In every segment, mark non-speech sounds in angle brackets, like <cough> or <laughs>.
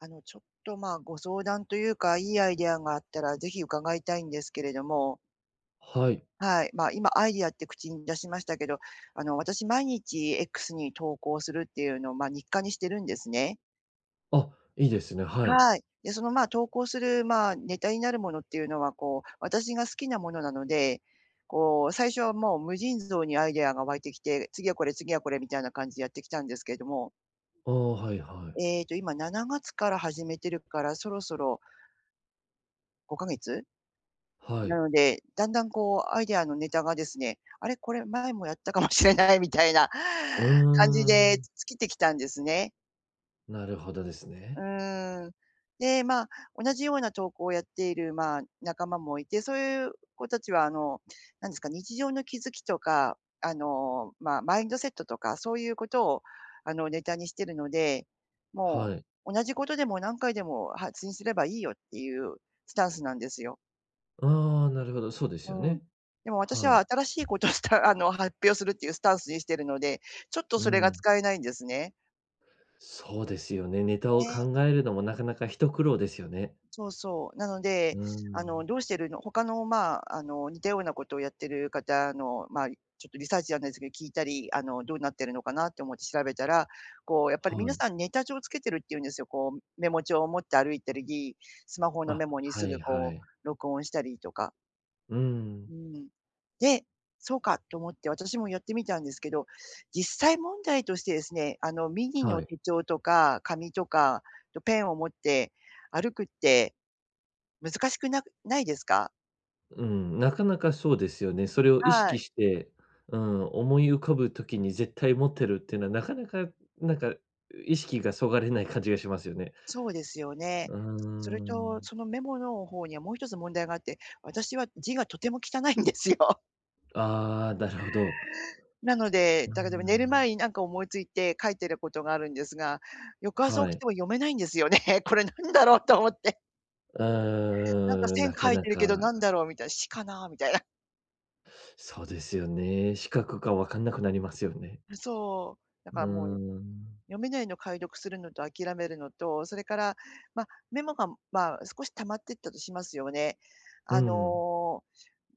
あの、ちょっと、まあ、ご相談というか、いいアイデアがあったらぜひ伺いたいんですけれども、はい。はい、今アイディアって口に出しましたけど、私毎日 X に投稿するっていうのを、日課にしてるんですね。あ、いいですね。はい。はい。で、投稿する、ネタになるものっていうのは、私が好きなものなので、最初はもう無尽蔵にアイデアが湧いてきて、次はこれ、次はこれみたいな感じでやってきたんですけれども、ああ、はいはい。今7月から始めてるから、そろそろ5ヶ月？はない。ので、だんだんアイデアのネタがですね、あれ、これ前もやったかもしれないみたいな う <laughs> 感じーで尽ん。きてきたんですね。なるほどですうね。ーん。で、同じような投稿をやっている、仲間もいて、そういう子たちはなんですか、日常の気づきとか、マインドセットとか、そういうことをネタにしてるので、もはい。う同じことでも何回でも発信すればいいよっていうスタンスなんですよ。ああ、なるほど、そうですうよん。ね。でも私ははい。新しいことをした、<laughs> 発表するっていうスタンスにしてるので、ちょっとうそれがん。使えないんですね。そうですよね。ネタをね、考えるのもなかなか一苦労ですよね。そうそう。なのうで、ーん。どうしてるの他の、似たようなことをやってる方の、ちょっとリサーチじゃないですけど、聞いたり、どうなってるのかなって思って調べたら、やっぱりは皆い。さんネタ帳をつけてるっていうんですよ。メモ帳を持って歩いたり、スマホのあ、メモにはすぐいはい。録音したりとか。うん。うん。で、そうかと思って私もやってみたんですけど、実際問題としてですね、ミニのはい。手帳とか紙とか、と、ペンを持って歩くって難しくなくないですか？うん、なかなかそうですよね。それを意は識い、して、うん、思い浮かぶときに絶対持ってるっていうのはなかなか、なんか、意識がそがれない感じがしますよね。そうですよね。うーそれと、ん。そのメモの方にはもう一つ問題があって、私は字がとても汚いんですよ。<laughs> ああ、なるほど。なので、うーだから寝るん、前になんか思いついて書いてることがあるんですが、翌朝は起きい。ても読めないんですよね。<laughs> これなんだろうと思って。うなんかーん、な線か書いなてるか、けどなんだろうみたいな、死かなみたいな。そうですよね。資格が分かんなくなりますよね。<laughs> そう。だうからもうーん。読めないの解読するのと諦めるのと、それから、ま、メモが、少し溜まってったとしますよね。うあん。の、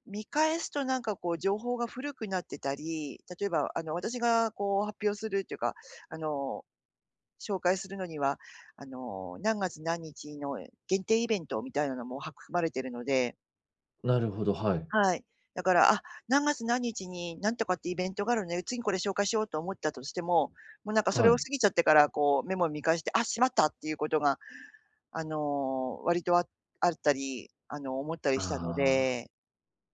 見返すとなんかこう情報が古くなってたり、例えば私がこう発表するっていうか、あの、紹介するのには、何月何日の限定イベントみたいなのも含まれてるので、なるほど、はい。はい。だから、あ、何月何日になんとかってイベントがあるね、次にこれ紹介しようと思ったとしても、もうなんかそれはをい。過ぎちゃってから、こうメモを見返して、あ、しまったっていうことが、割とああったり、思ったりあしたのあ、で、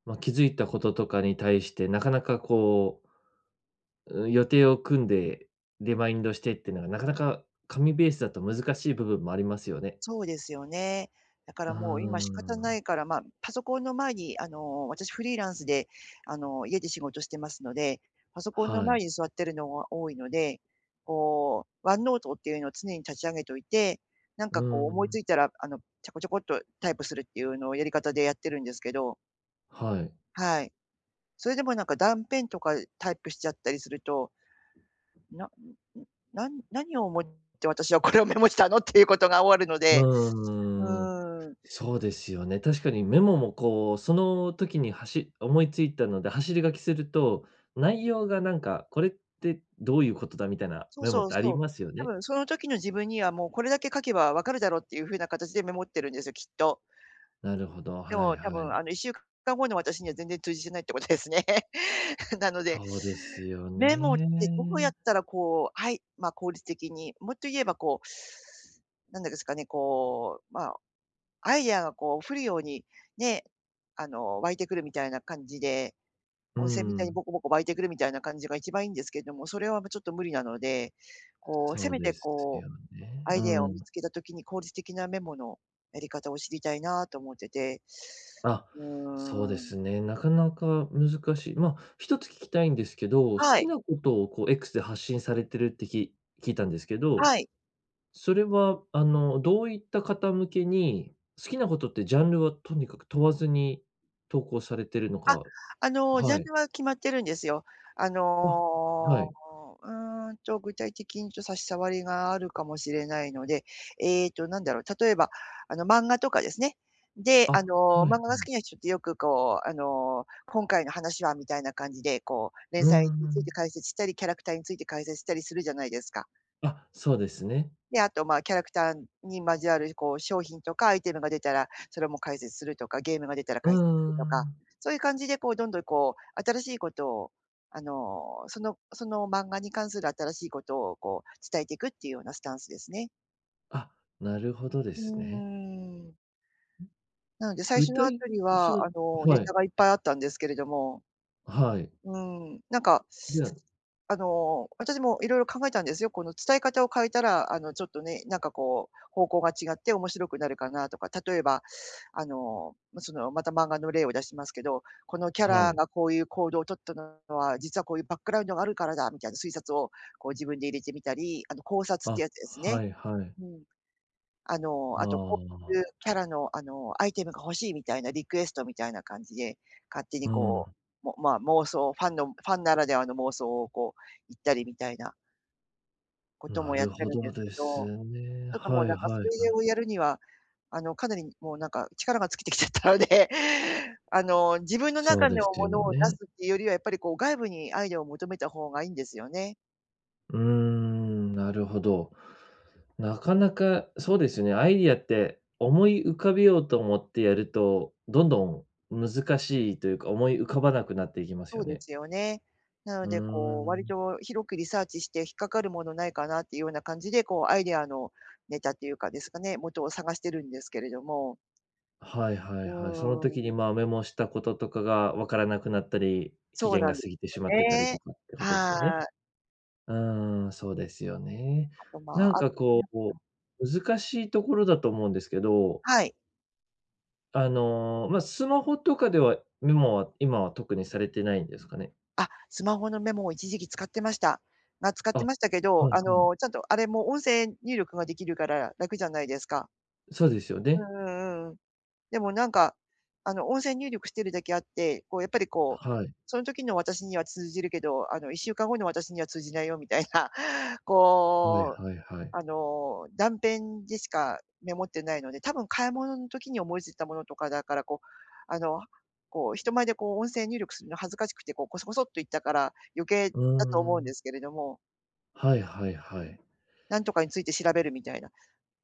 ま、気づいたこととかに対して、なかなかこう、予定を組んで、リマインドしてってのが、なかなか紙ベースだと難しい部分もありますよね。そうですよね。だかうらーもう今仕方なん。いから、まあ、パソコンの前に私フリーランスで、家で仕事してますので、パソコンのはい。前に座ってるのが多いので、ワンノートっていうのを常に立ち上げといて、なんうかこうー思いつん。いたら、こちょこっとタイプするっていうのをやり方でやってるんですけど、はい。はい。それでもなんか断片とかタイプしちゃったりすると、な、なん何を思って私はこれをメモしたのっていうことが終わるので、ううーん。ーん、そうですよね。確かにメモもこう、その時にはし思いついたので、走り書きすると、内容がなんか、これってどういうことだみたいなそうメモそっうてありそう。ますよ多ね。分その時の自分にはもうこれだけ書けばわかるだろうっていう風な形でメモってるんですよ、きっと。なるほど、ではいも多は分い。1週間後の私には全然通じてないってことですね。<laughs> なので、そうですよメモってどうやっね。たらこう、はい、ま、効率的に、もっと言えばこう、なんですかね、アイデアがこう降るように、ね、湧いてくるみたいな感じで、う温泉みたいにん、ボコボコ湧いてくるみたいな感じが一番いいんですけれども、それはもうちょっと無理なので、せそうめでてすこようね。アうイデアを見ん。つけた時に効率的なメモのやり方を知りたいなと思ってて。あ、うそうでーん。すね。なかなか難しい。まあ、一つ聞きたいんですけど、好はきい、なことをこう X で発信されてるって聞いたんですけど、はい。それは、あの、どういった方向けに、好きなことってジャンルはとにかく問わずに投稿されてるのあ、か。ジャンはい。ルは決まってるんですよ。ああ、はの、い。うーんと、具体的にちょっと差し障りがあるかもしれないので、ええと、なんだろう、例えば、漫画とかですね。で、あ、はい、漫画うが好ん。きな人ってよくこう、今回の話はみたいな感じで、連うー載についてん。解説したり、キャラクターについて解説したりするじゃないですか。あ、そうですね。で、あと、キャラクターにまつわる、商品とかアイテムが出たら、それも解説するとか、ゲームが出たらう解説するーとか、ん。そういう感じで、どんどん新しいことを、その漫画に関する新しいことを、伝えていくっていうようなスタンスですね。あ、なるほどでうすね。ーん。なので、最具初のあ体たりそは、う、ネはタい、がいっぱいあったんですけれども、はい。うん、なんか、じゃあ、私もいろいろ考えたんですよ。この伝え方を変えたら、ちょっとね、なんかこう、方向が違って面白くなるかなとか、例えば、また漫画の例を出しますけど、このキャはラい。がこういう行動を取ったのは、実はこういうバックグラウンドがあるからだみたいな推察をこう自分で入れてみたり、考察ってあ、やつですね。はいはい。うん。ああとこういうあ、キャラの、アイテムが欲しいみたいなリクエストみたいな感じで、勝手にうん。まあ、妄想、ファンならではの妄想をこう言ったりみたいなこともなやっるてほるんでどすけでど、ちょすね。っともはういなんかはそれいはい。をやるには、かなりもうなんか力が尽きてきちゃったので、<laughs> 自分のそう中のですもよのを出ね。すっていうよりは、やっぱりこう外部にアイデアを求めた方がいいんですよね。うーん、なるほど。なかなか、そうですよね、アイディアって思い浮かべようと思ってやると、どんどん難しいというか、思い浮かばなくなっていきますそようでね。すよね。なのうーで、割ん。と広くリサーチして引っかかるものないかなっていうような感じで、アイデアのネタっていうかですかね、元を探してるんですけれども。はいはういはい。そのー時に、ん、まあ、メモしたこととかがわからなくなったり、期そう限ながんで過ぎてしますってたりよね。とかってことですよね。はい。うーん、そうですよね。あと、なんかこう、難しいところだと思うんですけど、はい。あの、ま、スマホとかでは、メモは今は特にされてないんですかね？あ、スマホのメモを一時期使ってました。が、使っあ、てましたけど、はいはちゃい。んとあれも音声入力ができるから楽じゃないですか。そうですようね。んうんうん。でもなんか、音声入力してるだけあって、こうやっぱりこう、はい。その時の私には通じるけど、1週間後の私には通じないよみたいな、<laughs> はいこう、はいはい。断片でしかメモってないので、多分買い物の時に思いついたものとかだから、こう、あの、こう人前でこう音声入力するの恥ずかしくて、こうコソコソっと言ったから、余計うだと思ーうんでん。すけれども、はいはういん、はい。なんとかについて調べるみたいな。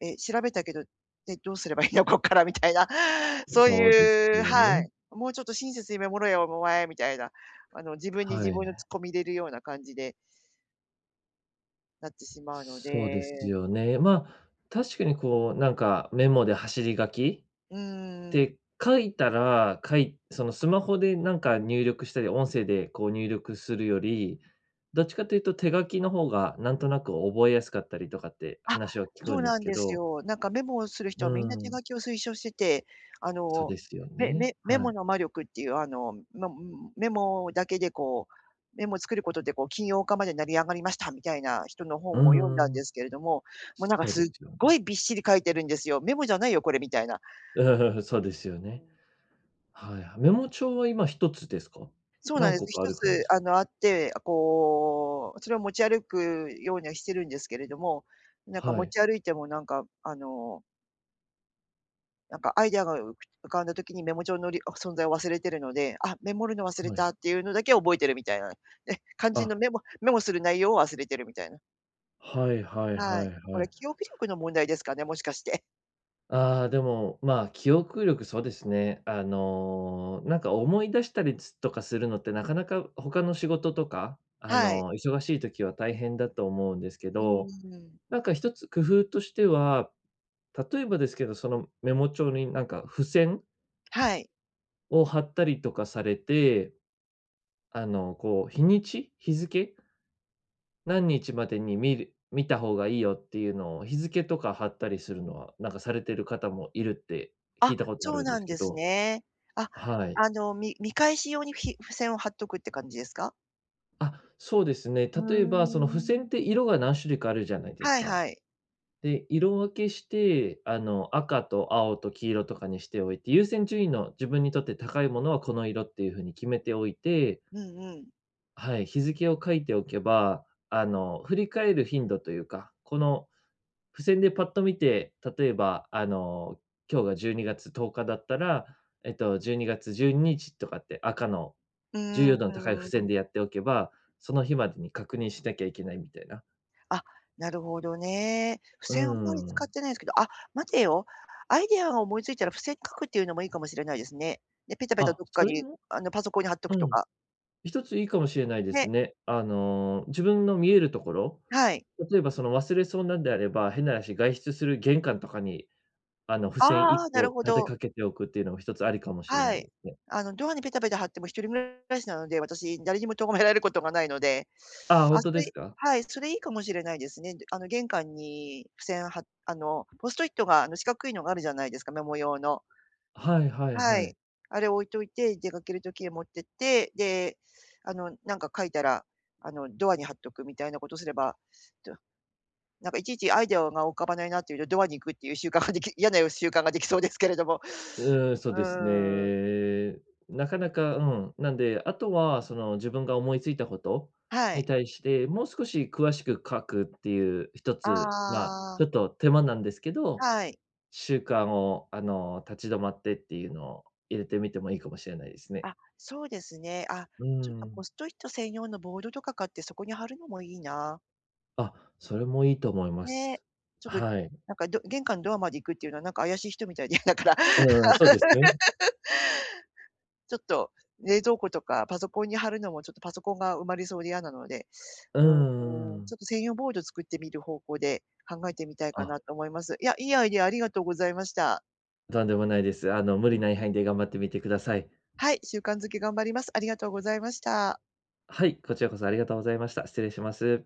え、調べたけど、で、どうすればいいの、こっから <laughs> みたいな、<laughs> そうそうですいう、よはね。い。もうちょっと親切に見守れよ、お前みたいな、自分には自い。分のツッコミ入れるような感じでなってしまうのそうですで、よね。ま、確かにこう、なんかメモで走り書きうーん。で、書いたら、そのスマホでなんか入力したり、音声でこう入力するより、どっちかというと手書きの方がなんとなく覚えやすかったりとかってあ、話を聞くそうんですなんけですど、よ。なんかメモをするう人ーはみんな手ん、書きを推奨してて、あそうの、ですよメね。メメはモい。の魔力っていう、ま、メモだけでこう、メモを作ることでこう金曜日まで成り上がりましたみたいな人のう本を読んだんーでん、すけれども、もうなんかそうすでっすよごね。いびっしり書いてるんですよ。メモじゃないよこれみたいな。<laughs> うんそううですよね。ん。はいはい。メモ帳は今一つですか？そうなん何です。個かあ一る感じでつすか？あって、こう、それを持ち歩くようにはしてるんですけれども、なんかは持い、ち歩いてもなんかなんかアイデアが浮かんだ時にメモ帳のり存在を忘れてるので、あ、メモるの忘れはい。たっていうのだけ覚えてるみたいな。え、肝心のあ、メモする内容を忘れてるみたいな。はいはいははい。いこはれい。記憶力の問題ですかね、もしかして。ああ、でも、まあ、記憶力、そうですね。あの、なんか思い出したりとかするのって、なかなか他の仕事とか、あはい。の、忙しい時は大変だと思うんですけうーど、ん。なんか一つ工夫としては、例えばですけど、そのメモ帳になんか付箋はい。を貼ったりとかされて、あの、こう、日にち、日付、何日までに見た方がいいよっていうのを、日付とか貼ったりするのは、なんかされてる方もいるってあ、聞いたことあそうるんでなすんけですど。ね。あ、はい。見返し用に付箋を貼っとくって感じですか？あ、そうですね。う例えば、ーその付箋ってん。色が何種類かあるじゃないですはいか。はい。で、色分けして、あの、赤と青と黄色とかにしておいて、優先順位の自分にとって高いものはこの色っていうふうに決めておいて、うんうん。はい、日付を書いておけば、あの、振り返る頻度というか、この付箋でパッと見て、例えば、あの、今日が12月10日だったら、12月12日とかって赤のう重ー要度の高い付箋でやん。っておけば、その日までに確認しなきゃいけないみたいな。あ、なるほどね。付うー箋あんまり使っん。てないんですけど、あ、待てよ。アイデアが思いついたら付箋書くっていうのもいいかもしれないですね。で、ペタペタあ、どっかそれに、もパソコンに貼っとうくとん、か。一ついいかもしれないですね、ね。あの、自分の見えるところ、はい。例えばその忘れそうなんであれば、変な話、外出する玄関とかに、あの、付あ箋1あ、な個るほ立てど。かけておくっていうのも一つありかもしれなはいい。ですね。ドアにペタペタ貼っても一人暮らしなので、私誰にも咎められることがないので、ああ、ほあ、んとそでれ、すか？はい、それいいかもしれないですね。玄関に付箋はポストイットが、四角いのがあるじゃないですか、メモ用の。はいはいははい。い。あれ置いといて、出かける時に持ってって、で、なんか書いたら、ドアに貼っとくみたいなことすれば、となんかいちいちアイデアが浮かばないなっていうと、ドアに行くっていう習慣ができ、嫌な習慣ができそうですけれども。うーん、そううですーん。ね。なかなか、うん。なんで、あとはその自分が思いついたことはにい。対して、もう少し詳しく書くっていう一あつ、まあ、あ、ちょっと手間なんですけど、はい。習慣をあの、立ち止まってっていうのを入れてみてもいいかもしれないですね。あ、そうですね。あ、うーちょっとポん。ストイット専用のボードとか買ってそこに貼るのもいいな。あ、それもいいと思いまね。す。ちょっと、はい。なんか、玄関のドアまで行くっていうのはなんか怪しい人みたいで嫌だから、うん、そうですね。ちょっと冷蔵庫とかパソコンに貼るのもちょっとパソコンが埋まりそうで嫌なので、ううーんうん、ちん。ょっと専用ボード作ってみる方向で考えてみたいかあ、なと思います。いや、いいアイデアありがとうございました。とんでもないです。あの、無理ない範囲で頑張ってみてください。はい、習慣づけ頑張ります。ありがとうございました。はい、こちらこそありがとうございました。失礼します。